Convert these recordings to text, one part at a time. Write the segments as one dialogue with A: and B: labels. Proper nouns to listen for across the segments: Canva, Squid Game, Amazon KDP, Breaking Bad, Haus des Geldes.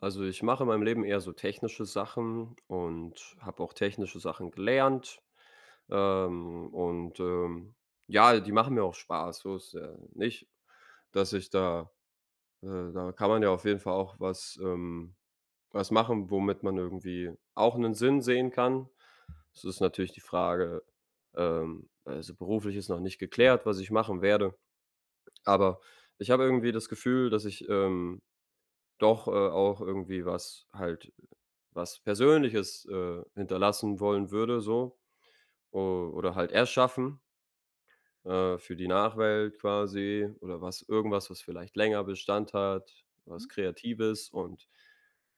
A: Also, ich mache in meinem Leben eher so technische Sachen und habe auch technische Sachen gelernt. Ähm, und, ähm, ja, die machen mir auch Spaß, so ist ja nicht, dass ich da da kann man ja auf jeden Fall auch was, was machen, womit man irgendwie auch einen Sinn sehen kann. Es ist natürlich die Frage, also, beruflich ist noch nicht geklärt, was ich machen werde, aber ich habe irgendwie das Gefühl, dass ich doch, auch irgendwie was halt was Persönliches, hinterlassen wollen würde so o oder halt erschaffen, für die Nachwelt quasi oder was irgendwas, was vielleicht länger Bestand hat, was
B: Mhm,
A: Kreatives und,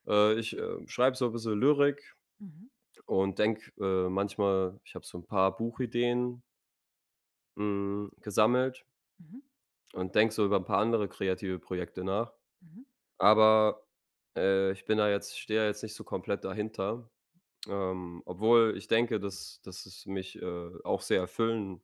A: schreibe so ein bisschen Lyrik
B: mhm,
A: und denke, manchmal ich habe so ein paar Buchideen, gesammelt
B: mhm,
A: und denke so über ein paar andere kreative Projekte nach.
B: mhm,
A: Aber, ich bin da jetzt stehe da jetzt nicht so komplett dahinter. Obwohl ich denke, dass es mich, auch sehr erfüllen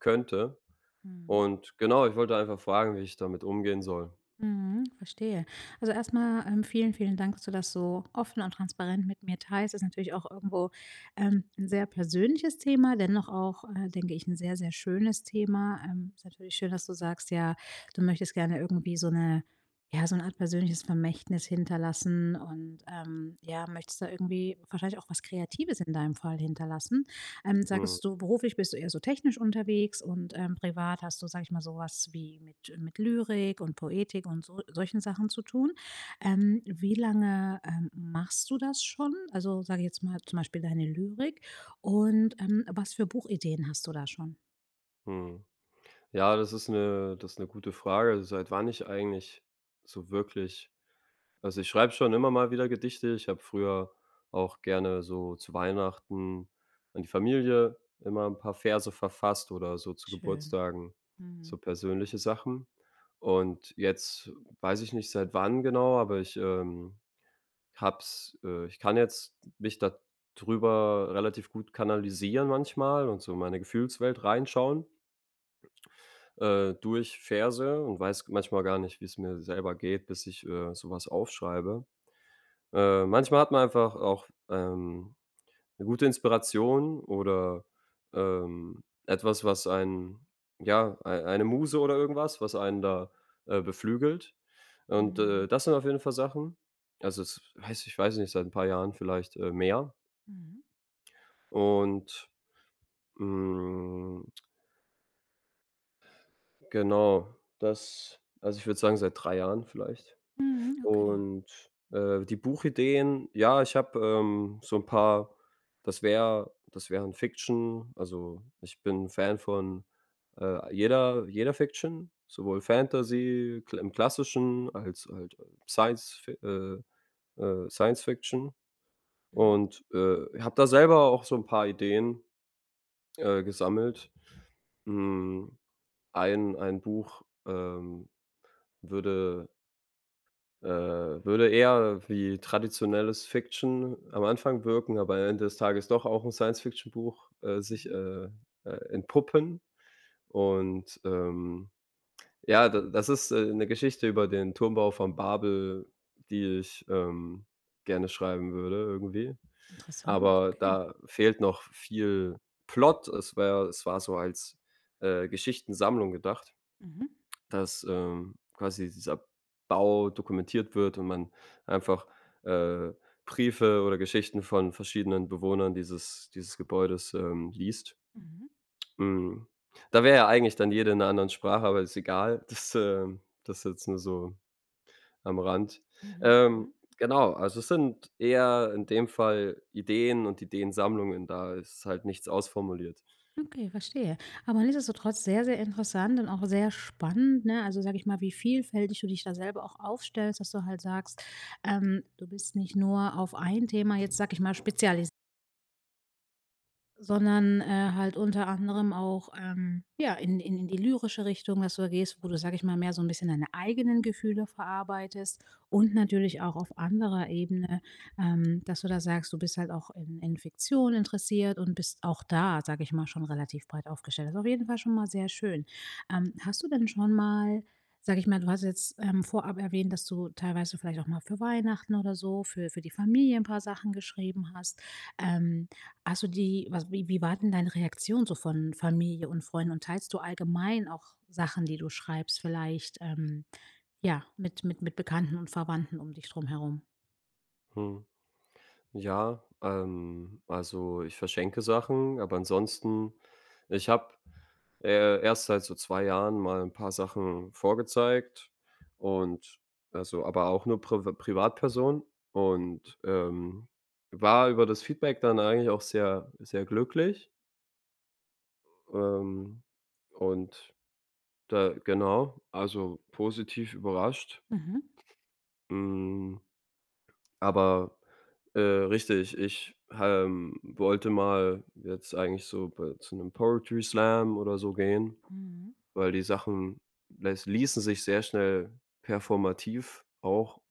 A: könnte.
B: mhm,
A: Und genau, ich wollte einfach fragen, wie ich damit umgehen soll.
B: mhm, verstehe. Also erstmal vielen, vielen Dank, dass du das so offen und transparent mit mir teilst. Ist natürlich auch irgendwo, 'n sehr persönliches Thema, dennoch auch, denke ich, ein sehr, sehr schönes Thema. Ist natürlich schön, dass du sagst, ja, du möchtest gerne irgendwie so eine, ja, so eine Art persönliches Vermächtnis hinterlassen und, ja, möchtest da irgendwie wahrscheinlich auch was Kreatives in deinem Fall hinterlassen.
A: Mhm,
B: Sagst du, beruflich bist du eher so technisch unterwegs und, privat hast du, sag ich mal, sowas wie mit Lyrik und Poetik und so solchen Sachen zu tun. Wie lange, machst du das schon? Also, sage ich jetzt mal, zum Beispiel deine Lyrik und, was für Buchideen hast du da schon?
A: mhm. Ja, das ist eine gute Frage. Seit wann ich eigentlich so wirklich. Also, ich schreibe schon immer mal wieder Gedichte. Ich habe früher auch gerne so zu Weihnachten an die Familie immer ein paar Verse verfasst oder so zu
B: Schön.
A: Geburtstagen, so
B: Mhm.
A: persönliche Sachen. Und jetzt weiß ich nicht seit wann genau, aber ich habe ich kann jetzt mich da drüber relativ gut kanalisieren manchmal und so in meine Gefühlswelt reinschauen, durch Verse und weiß manchmal gar nicht, wie es mir selber geht, bis ich, so aufschreibe. Manchmal hat man einfach auch, 'ne gute Inspiration oder, etwas, was einen ja, ei eine Muse oder irgendwas, was einen da, beflügelt. Und,
B: Mhm.
A: das sind auf jeden Fall Sachen. Also, es weiß ich weiß nicht, seit ein paar Jahren vielleicht, mehr.
B: Mhm.
A: Und, hm, genau, das also, ich würde sagen, seit 3 Jahren vielleicht.
B: Mhm. Okay.
A: Und, die Buchideen, ja, ich habe, so ein paar das wäre das wären Fiction. Also, ich bin Fan von, jeder Fiction, sowohl Fantasy kl im Klassischen als halt Science äh, Science Fiction
B: Mhm.
A: und, habe da selber auch so ein paar Ideen, gesammelt. Hm, ein ein Buch, würde würde eher wie traditionelles Fiction am Anfang wirken, aber am Ende des Tages doch auch 'n Science-Fiction-Buch,
B: Mhm.
A: entpuppen. Und, ja, da das ist, 'ne Geschichte über den Turmbau von Babel, die ich, gerne schreiben würde irgendwie.
B: Interessant,
A: Aber
B: okay.
A: da fehlt noch viel Plot. Es wär es war so als, Geschichtensammlung gedacht,
B: Mhm.
A: dass, quasi dieser Bau dokumentiert wird und man einfach, äh, Briefe oder Geschichten von verschiedenen Bewohnern dieses Gebäudes, liest.
B: Mhm.
A: Hm, Da wäre ja eigentlich dann jede in einer anderen Sprache, aber ist egal. Das das ist jetzt nur so am Rand.
B: Mhm.
A: Ähm,
B: Mhm.
A: genau, also es sind eher in dem Fall Ideen und Ideensammlungen da. Ist halt nichts ausformuliert.
B: Okay, verstehe. Aber nichtsdestotrotz sehr, sehr interessant und auch sehr spannend, ne? Also sage ich mal, wie vielfältig du dich da selber auch aufstellst, dass du halt sagst, du bist nicht nur auf ein Thema jetzt, sage ich mal, spezialisiert. Sondern, halt unter anderem auch, ja, in die lyrische Richtung, dass du da gehst, wo du, sag ich mal, mehr so ein bisschen deine eigenen Gefühle verarbeitest und natürlich auch auf anderer Ebene, dass du da sagst, du bist halt auch in Fiktion interessiert und bist auch da, sag ich mal, schon relativ breit aufgestellt. Das ist auf jeden Fall schon mal sehr schön. Hast du denn schon mal sag ich mal, du hast jetzt, vorab erwähnt, dass du teilweise vielleicht auch mal für Weihnachten oder so, für die Familie ein paar Sachen geschrieben hast. Ähm, also, die was wie war denn deine Reaktion so von Familie und Freunden? Und teilst du allgemein auch Sachen, die du schreibst vielleicht, ja, mit Bekannten und Verwandten um dich drum herum?
A: Mhm. Ja, also ich verschenke Sachen, aber ansonsten ich habe, erst seit so 2 Jahren mal ein paar Sachen vorgezeigt und also aber auch nur Privatpersonen und, war über das Feedback dann eigentlich auch sehr, sehr glücklich, ähm, und da genau, also positiv überrascht.
B: Mhm.
A: Hm, aber richtig. Ich wollte mal jetzt eigentlich so bei zu einem Poetry Slam oder so gehen,
B: Mhm.
A: weil die Sachen läs ließen sich sehr schnell performativ auch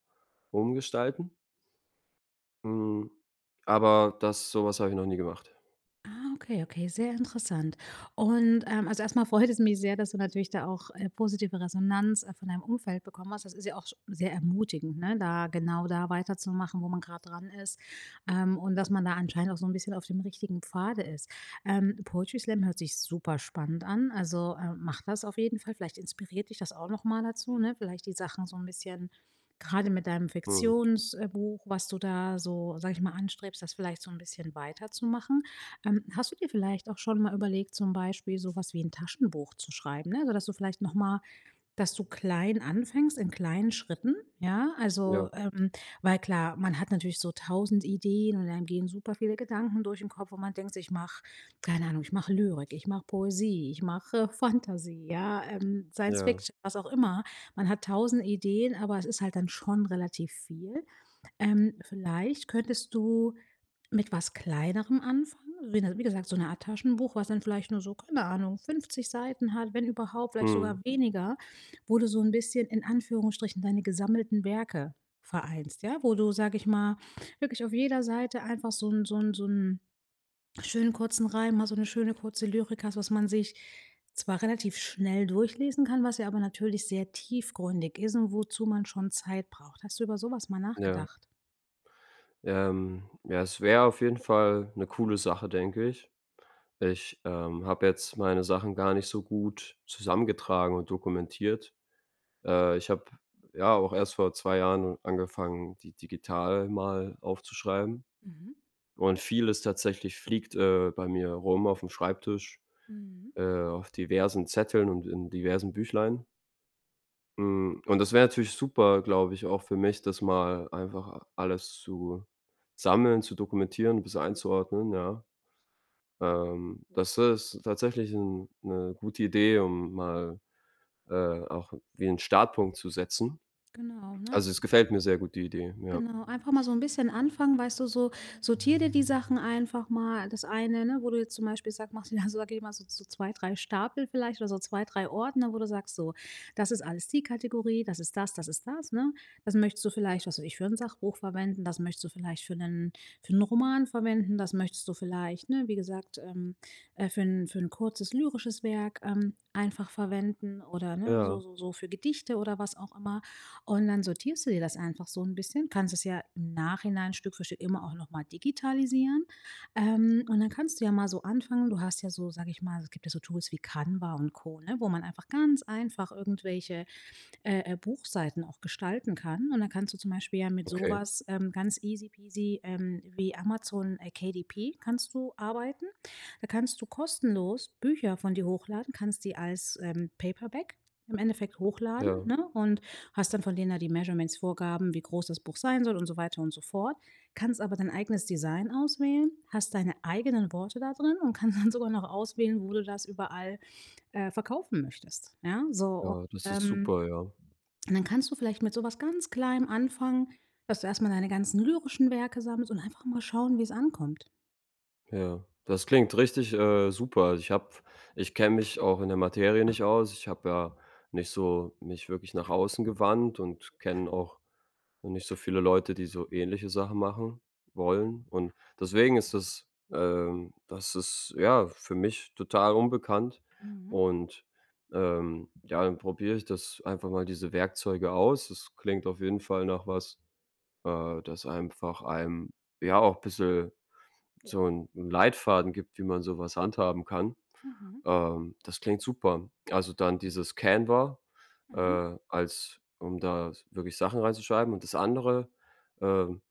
A: umgestalten. Hm, aber das sowas habe ich noch nie gemacht.
B: Ah, okay, okay, sehr interessant. Und, also, erstmal freut es mich sehr, dass du natürlich da auch, positive Resonanz, von deinem Umfeld bekommen hast. Das ist ja auch sch sehr ermutigend, ne, da genau da weiterzumachen, wo man gerade dran ist, und dass man da anscheinend auch so ein bisschen auf dem richtigen Pfade ist. Poetry Slam hört sich super spannend an, also, mach das auf jeden Fall. Vielleicht inspiriert dich das auch nochmal dazu, ne? Vielleicht die Sachen so ein bisschen gerade mit deinem
A: Mhm.
B: Fiktionsbuch, was du da so, sage ich mal, anstrebst, das vielleicht so ein bisschen weiterzumachen. Hast du dir vielleicht auch schon mal überlegt, zum Beispiel so was wie ein Taschenbuch zu schreiben, ne? Also, dass du vielleicht noch mal dass du klein anfängst, in kleinen Schritten, ja?
A: Ja,
B: Also, weil klar, man hat natürlich so tausend Ideen und dann gehen super viele Gedanken durch den Kopf und man denkt sich: „Ich mache keine Ahnung, ich mache Lyrik, ich mache Poesie, ich mache Fantasie, ja, Science
A: ja,
B: Fiction“, was auch immer. Man hat tausend Ideen, aber es ist halt dann schon relativ viel. Vielleicht könntest du mit was Kleinerem anfangen. Also, wie ne wie gesagt, so eine Art Taschenbuch, was dann vielleicht nur so, keine Ahnung, 50 Seiten hat, wenn überhaupt, vielleicht
A: mhm,
B: sogar weniger, wo du so ein bisschen in Anführungsstrichen deine gesammelten Werke vereinst, ja? Wo du, sage ich mal, wirklich auf jeder Seite einfach so 'n schönen kurzen Reim hast, so 'ne schöne kurze Lyrik hast, was man sich zwar relativ schnell durchlesen kann, was ja aber natürlich sehr tiefgründig ist und wozu man schon Zeit braucht. Hast du über sowas mal
A: ja.
B: nachgedacht?
A: Ja, es wäre auf jeden Fall eine coole Sache, denke ich. Ich habe jetzt meine Sachen gar nicht so gut zusammengetragen und dokumentiert. Ich habe ja auch erst vor 2 Jahren angefangen, die digital mal aufzuschreiben
B: Mhm,
A: und vieles tatsächlich fliegt, bei mir rum auf dem Schreibtisch,
B: mhm,
A: auf diversen Zetteln und in diversen Büchlein. Und das wäre natürlich super, glaube ich, auch für mich, das mal einfach alles zu sammeln, zu dokumentieren, bis einzuordnen, ja. Das ist tatsächlich 'n 'ne gute Idee, um mal, auch wie einen Startpunkt zu setzen.
B: genau, ne?
A: Also, es gefällt mir sehr gut, die Idee, ja.
B: Genau, einfach mal so ein bisschen anfangen, weißt du, so. Sortier dir die Sachen einfach mal. Das eine, ne, wo du jetzt zum Beispiel sagst, machst du da so, sag ich mal, so 2, 3 Stapel vielleicht oder so 2 3 Ordner, wo du sagst so: „Das ist alles die Kategorie, das ist das“, ne? Das möchtest du vielleicht, was weiß ich, für ein Sachbuch verwenden, das möchtest du vielleicht für einen Roman verwenden, das möchtest du vielleicht, ne, wie gesagt, für 'n für ein kurzes lyrisches Werk, einfach verwenden oder, ne,
A: Ja,
B: so für Gedichte oder was auch immer. Und dann sortierst du dir das einfach so ein bisschen, kannst es ja im Nachhinein Stück für Stück immer auch nochmal digitalisieren. Und dann kannst du ja mal so anfangen du hast ja so, sage ich mal es gibt ja so Tools wie Canva und Co., ne, wo man einfach ganz einfach irgendwelche Buchseiten auch gestalten kann. Und dann kannst du zum Beispiel ja mit
A: okay.
B: sowas ganz easy peasy wie Amazon KDP kannst du arbeiten. Da kannst du kostenlos Bücher von dir hochladen, kannst die als Paperback im Endeffekt hochladen,
A: Ja,
B: ne? Und hast dann von denen da die Measurements, Vorgaben, wie groß das Buch sein soll und so weiter und so fort. Kannst aber dein eigenes Design auswählen, hast deine eigenen Worte da drin und kannst dann sogar noch auswählen, wo du das überall verkaufen möchtest. Ja, so
A: ja, das ist
B: ähm,
A: super, ja.
B: und dann kannst du vielleicht mit so was ganz Kleinem anfangen, dass du erst mal deine ganzen lyrischen Werke sammelst und einfach mal schauen, wie es ankommt.
A: Ja. Das klingt richtig, super. Also, ich habe ich kenne mich auch in der Materie nicht aus. Ich habe ja nicht so mich wirklich nach außen gewandt und kenne auch nicht so viele Leute, die so ähnliche Sachen machen wollen. Und deswegen ist das, das ist, ja, für mich total unbekannt.
B: Mhm,
A: Und, ja, dann probiere ich das einfach mal diese Werkzeuge aus. Das klingt auf jeden Fall nach was. Das einfach einem, ja, auch ein bisschen so 'n Leitfaden gibt, wie man so was handhaben kann.
B: mhm,
A: Das klingt super. Also, dann dieses Canva,
B: mhm,
A: als um da s wirklich Sachen reinzuschreiben und das andere, ähm,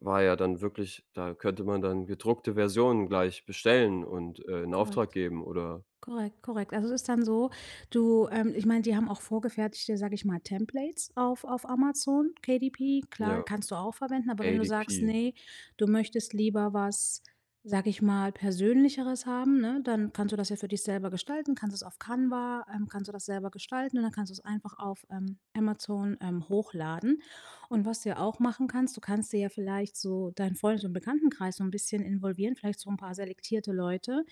A: war ja dann wirklich, da könnte man dann gedruckte Versionen gleich bestellen und, in Auftrag
B: korrekt.
A: geben oder
B: Korrekt, korrekt. Also, es ist dann so, du ich meine, die haben auch vorgefertigte, sage ich mal, Templates auf Amazon, KDP. Klar,
A: ja,
B: kannst du auch verwenden, aber wenn du
A: ADP.
B: sagst: nee du möchtest lieber was, sage ich mal, Persönlicheres haben“, ne, dann kannst du das ja für dich selber gestalten, kannst es auf Canva kannst du das selber gestalten und dann kannst du es einfach auf, Amazon, hochladen. Und was du ja auch machen kannst, du kannst dir ja vielleicht so deinen Freundes und Bekanntenkreis so ein bisschen involvieren, vielleicht so ein paar selektierte Leute,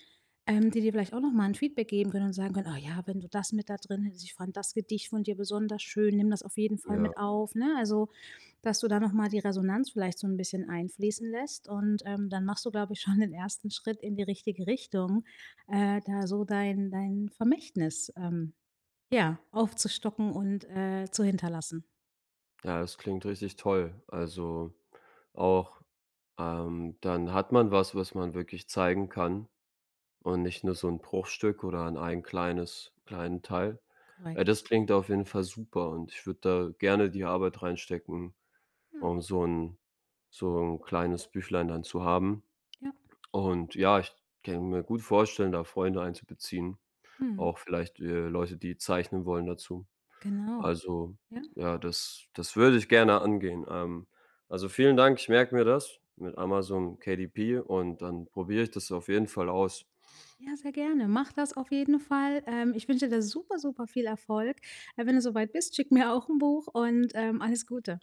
B: die dir vielleicht auch noch mal 'n Feedback geben können und sagen können: „Oh ja, wenn du das mit da drin hättest ich fand das Gedicht von dir besonders schön, nimm das auf jeden Fall mit
A: Ja.
B: auf“, ne? Also, dass du da noch mal die Resonanz vielleicht so ein bisschen einfließen lässt und, dann machst du, glaube ich, schon den ersten Schritt in die richtige Richtung, da so dein Vermächtnis, ja, aufzustocken und, zu hinterlassen.
A: Ja, das klingt richtig toll. Also, auch. Dann hat man was, was man wirklich zeigen kann und nicht nur so 'n Bruchstück oder an ein kleines kleinen Teil.
B: Korrekt.
A: Das klingt auf jeden Fall super und ich würde da gerne die Arbeit reinstecken,
B: Ja,
A: um so 'n kleines Büchlein dann zu haben.
B: ja.
A: Und ja, ich kann mir gut vorstellen, da Freunde einzubeziehen,
B: Mhm.
A: auch vielleicht, Leute, die zeichnen wollen dazu.
B: Genau.
A: Also,
B: Ja.
A: ja, das das würde ich gerne angehen. Also, vielen Dank. Ich merke mir das mit Amazon KDP und dann probiere ich das auf jeden Fall aus.
B: Ja, sehr gerne. Mach das auf jeden Fall. Ich wünsche dir da super, super viel Erfolg. Wenn du soweit bist, schick mir auch ein Buch und, alles Gute.